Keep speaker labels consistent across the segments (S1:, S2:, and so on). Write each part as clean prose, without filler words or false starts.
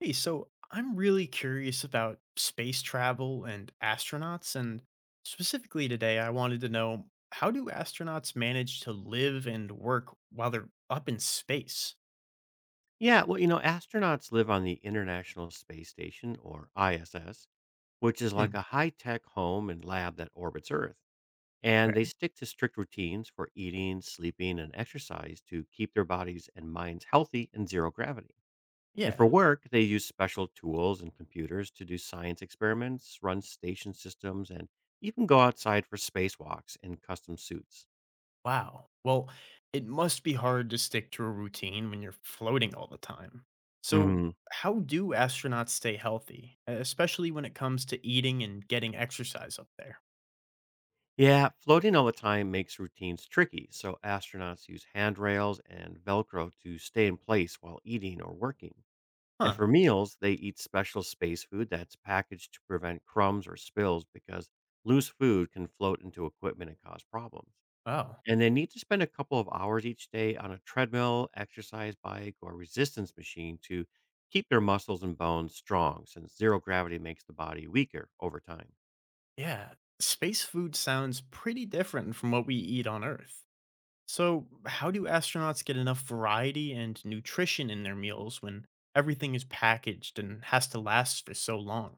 S1: Hey, so I'm really curious about space travel and astronauts, and specifically today, I wanted to know how do astronauts manage to live and work while they're up in space?
S2: Yeah, well, you know, astronauts live on the International Space Station, or ISS, which is like
S1: Hmm.
S2: a high tech home and lab that orbits Earth. And
S1: Okay.
S2: they stick to strict routines for eating, sleeping, and exercise to keep their bodies and minds healthy in zero gravity. And for
S1: Yeah,
S2: work, they use special tools and computers to do science experiments, run station systems, and even go outside for spacewalks in custom suits.
S1: wow. Well, it must be hard to stick to a routine when you're floating all the time. So,
S2: Mm-hmm.
S1: how do astronauts stay healthy, especially when it comes to eating and getting exercise up there?
S2: Yeah, floating all the time makes routines tricky, so astronauts use handrails and Velcro to stay in place while eating or working. And
S1: Huh,
S2: for meals, they eat special space food that's packaged to prevent crumbs or spills because loose food can float into equipment and cause problems.
S1: wow.
S2: And they need to spend a couple of hours each day on a treadmill, exercise bike, or resistance machine to keep their muscles and bones strong, since zero gravity makes the body weaker over time.
S1: Yeah, space food sounds pretty different from what we eat on Earth. So, how do astronauts get enough variety and nutrition in their meals when everything is packaged and has to last for so long?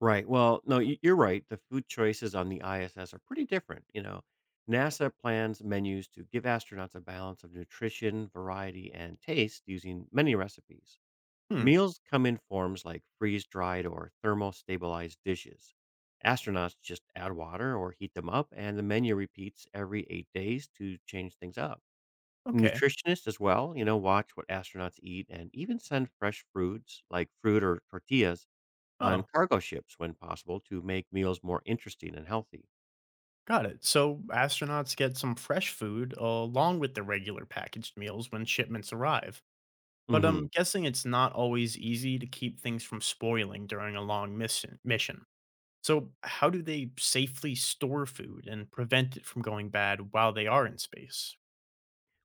S2: Right. Well, no, you're right. The food choices on the ISS are pretty different. You know, NASA plans menus to give astronauts a balance of nutrition, variety, and taste using many recipes.
S1: Hmm,
S2: Meals come in forms like freeze dried or thermostabilized dishes. Astronauts just add water or heat them up, and the menu repeats every 8 days to change things up.
S1: okay.
S2: Nutritionists, as well, you know, watch what astronauts eat and even send fresh foods like fruit or tortillas on
S1: Oh,
S2: cargo ships when possible to make meals more interesting and healthy.
S1: got it. So, astronauts get some fresh food along with the regular packaged meals when shipments arrive. But
S2: Hmm.
S1: I'm guessing it's not always easy to keep things from spoiling during a long mission. So, how do they safely store food and prevent it from going bad while they are in space?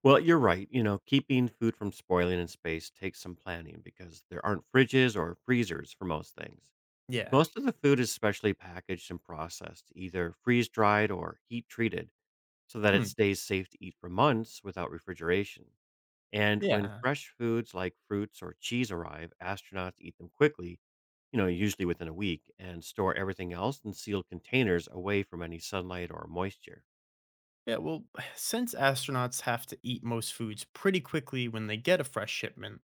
S2: Well, you're right. You know, keeping food from spoiling in space takes some planning because there aren't fridges or freezers for most things.
S1: Yeah.
S2: Most of the food is specially packaged and processed, either freeze dried or heat treated, so that it
S1: Hmm.
S2: stays safe to eat for months without refrigeration. And when
S1: Yeah.
S2: fresh foods like fruits or cheese arrive, astronauts eat them quickly, you know, usually within a week, and store everything else in sealed containers away from any sunlight or moisture.
S1: Yeah. Well, since astronauts have to eat most foods pretty quickly when they get a fresh shipment,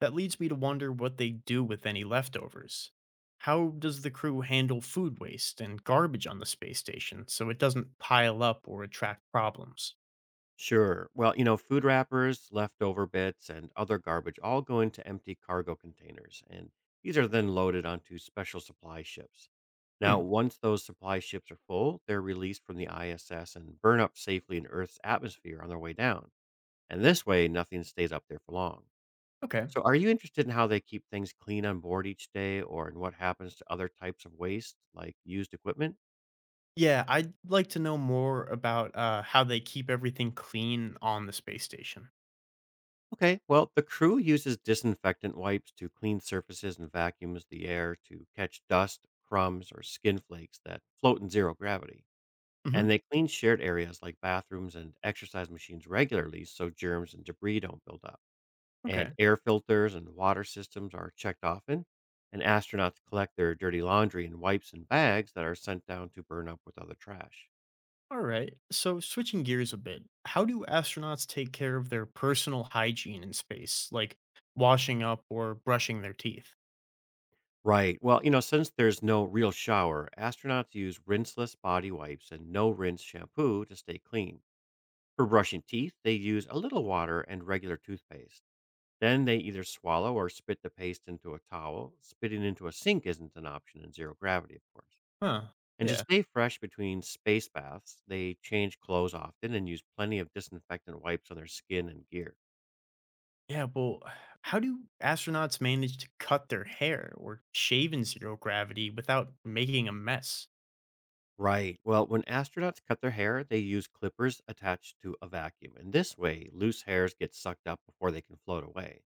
S1: that leads me to wonder what they do with any leftovers. How does the crew handle food waste and garbage on the space station so it doesn't pile up or attract problems?
S2: Sure. Well, you know, food wrappers, leftover bits, and other garbage all go into empty cargo containers, and these are then loaded onto special supply ships. Now,
S1: Hmm.
S2: once those supply ships are full, they're released from the ISS and burn up safely in Earth's atmosphere on their way down. And this way, nothing stays up there for long.
S1: Okay.
S2: So, are you interested in how they keep things clean on board each day or in what happens to other types of waste, like used equipment?
S1: Yeah, I'd like to know more about how they keep everything clean on the space station.
S2: Okay, well, the crew uses disinfectant wipes to clean surfaces and vacuums the air to catch dust, crumbs, or skin flakes that float in zero gravity. And
S1: Hmm.
S2: they clean shared areas like bathrooms and exercise machines regularly so germs and debris don't build up.
S1: Okay.
S2: And air filters and water systems are checked often, and astronauts collect their dirty laundry in wipes and bags that are sent down to burn up with other trash.
S1: All right. So switching gears a bit, how do astronauts take care of their personal hygiene in space, like washing up or brushing their teeth?
S2: Right. Well, you know, since there's no real shower, astronauts use rinseless body wipes and no rinse shampoo to stay clean. For brushing teeth, they use a little water and regular toothpaste. Then they either swallow or spit the paste into a towel. Spitting into a sink isn't an option in zero gravity, of course.
S1: Huh.
S2: And to
S1: Yeah.
S2: stay fresh between space baths, they change clothes often and use plenty of disinfectant wipes on their skin and gear.
S1: Yeah. Well, how do astronauts manage to cut their hair or shave in zero gravity without making a mess?
S2: Right. Well, when astronauts cut their hair, they use clippers attached to a vacuum. And this way, loose hairs get sucked up before they can float away.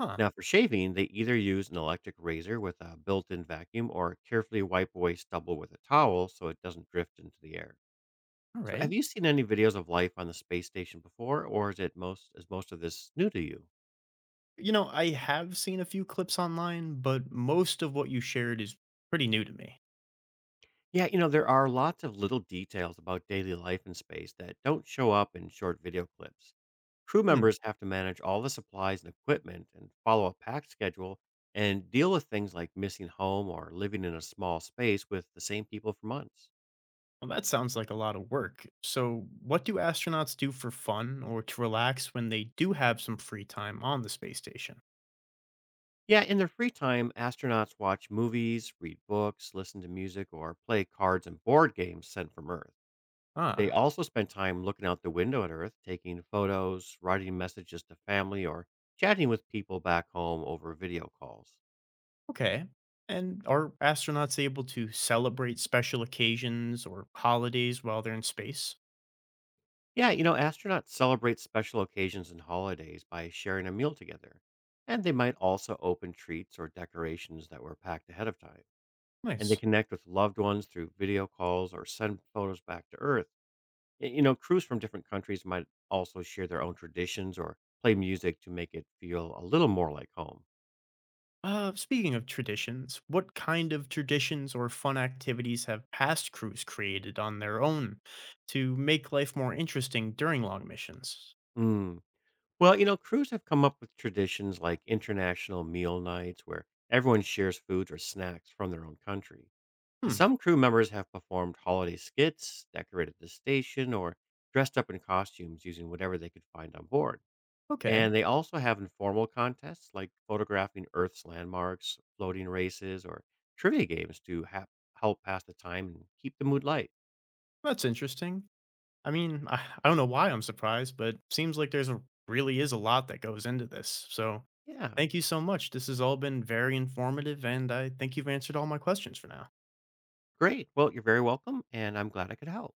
S1: Huh.
S2: Now, for shaving, they either use an electric razor with a built in vacuum or carefully wipe away stubble with a towel so it doesn't drift into the air.
S1: All
S2: So,
S1: right.
S2: have you seen any videos of life on the space station before, or is most of this new to you?
S1: You know, I have seen a few clips online, but most of what you shared is pretty new to me.
S2: Yeah, you know, there are lots of little details about daily life in space that don't show up in short video clips. Crew members have to manage all the supplies and equipment and follow a packed schedule and deal with things like missing home or living in a small space with the same people for months.
S1: Well, that sounds like a lot of work. So, what do astronauts do for fun or to relax when they do have some free time on the space station?
S2: Yeah, in their free time, astronauts watch movies, read books, listen to music, or play cards and board games sent from Earth. They
S1: Ah,
S2: also spend time looking out the window at Earth, taking photos, writing messages to family, or chatting with people back home over video calls.
S1: okay. And are astronauts able to celebrate special occasions or holidays while they're in space?
S2: Yeah, you know, astronauts celebrate special occasions and holidays by sharing a meal together. And they might also open treats or decorations that were packed ahead of time. And they
S1: Nice.
S2: connect with loved ones through video calls or send photos back to Earth. You know, crews from different countries might also share their own traditions or play music to make it feel a little more like home.
S1: Speaking of traditions, what kind of traditions or fun activities have past crews created on their own to make life more interesting during long missions?
S2: Mm. Well, you know, crews have come up with traditions like international meal nights where everyone shares foods or snacks from their own country. And
S1: Hmm,
S2: some crew members have performed holiday skits, decorated the station, or dressed up in costumes using whatever they could find on board.
S1: okay.
S2: And they also have informal contests like photographing Earth's landmarks, floating races, or trivia games to help pass the time and keep the mood light.
S1: That's interesting. I mean, I don't know why I'm surprised, but seems like there's a really is a lot that goes into this. So
S2: Yeah,
S1: thank you so much. This has all been very informative, and I think you've answered all my questions for now.
S2: great. Well, you're very welcome, and I'm glad I could help.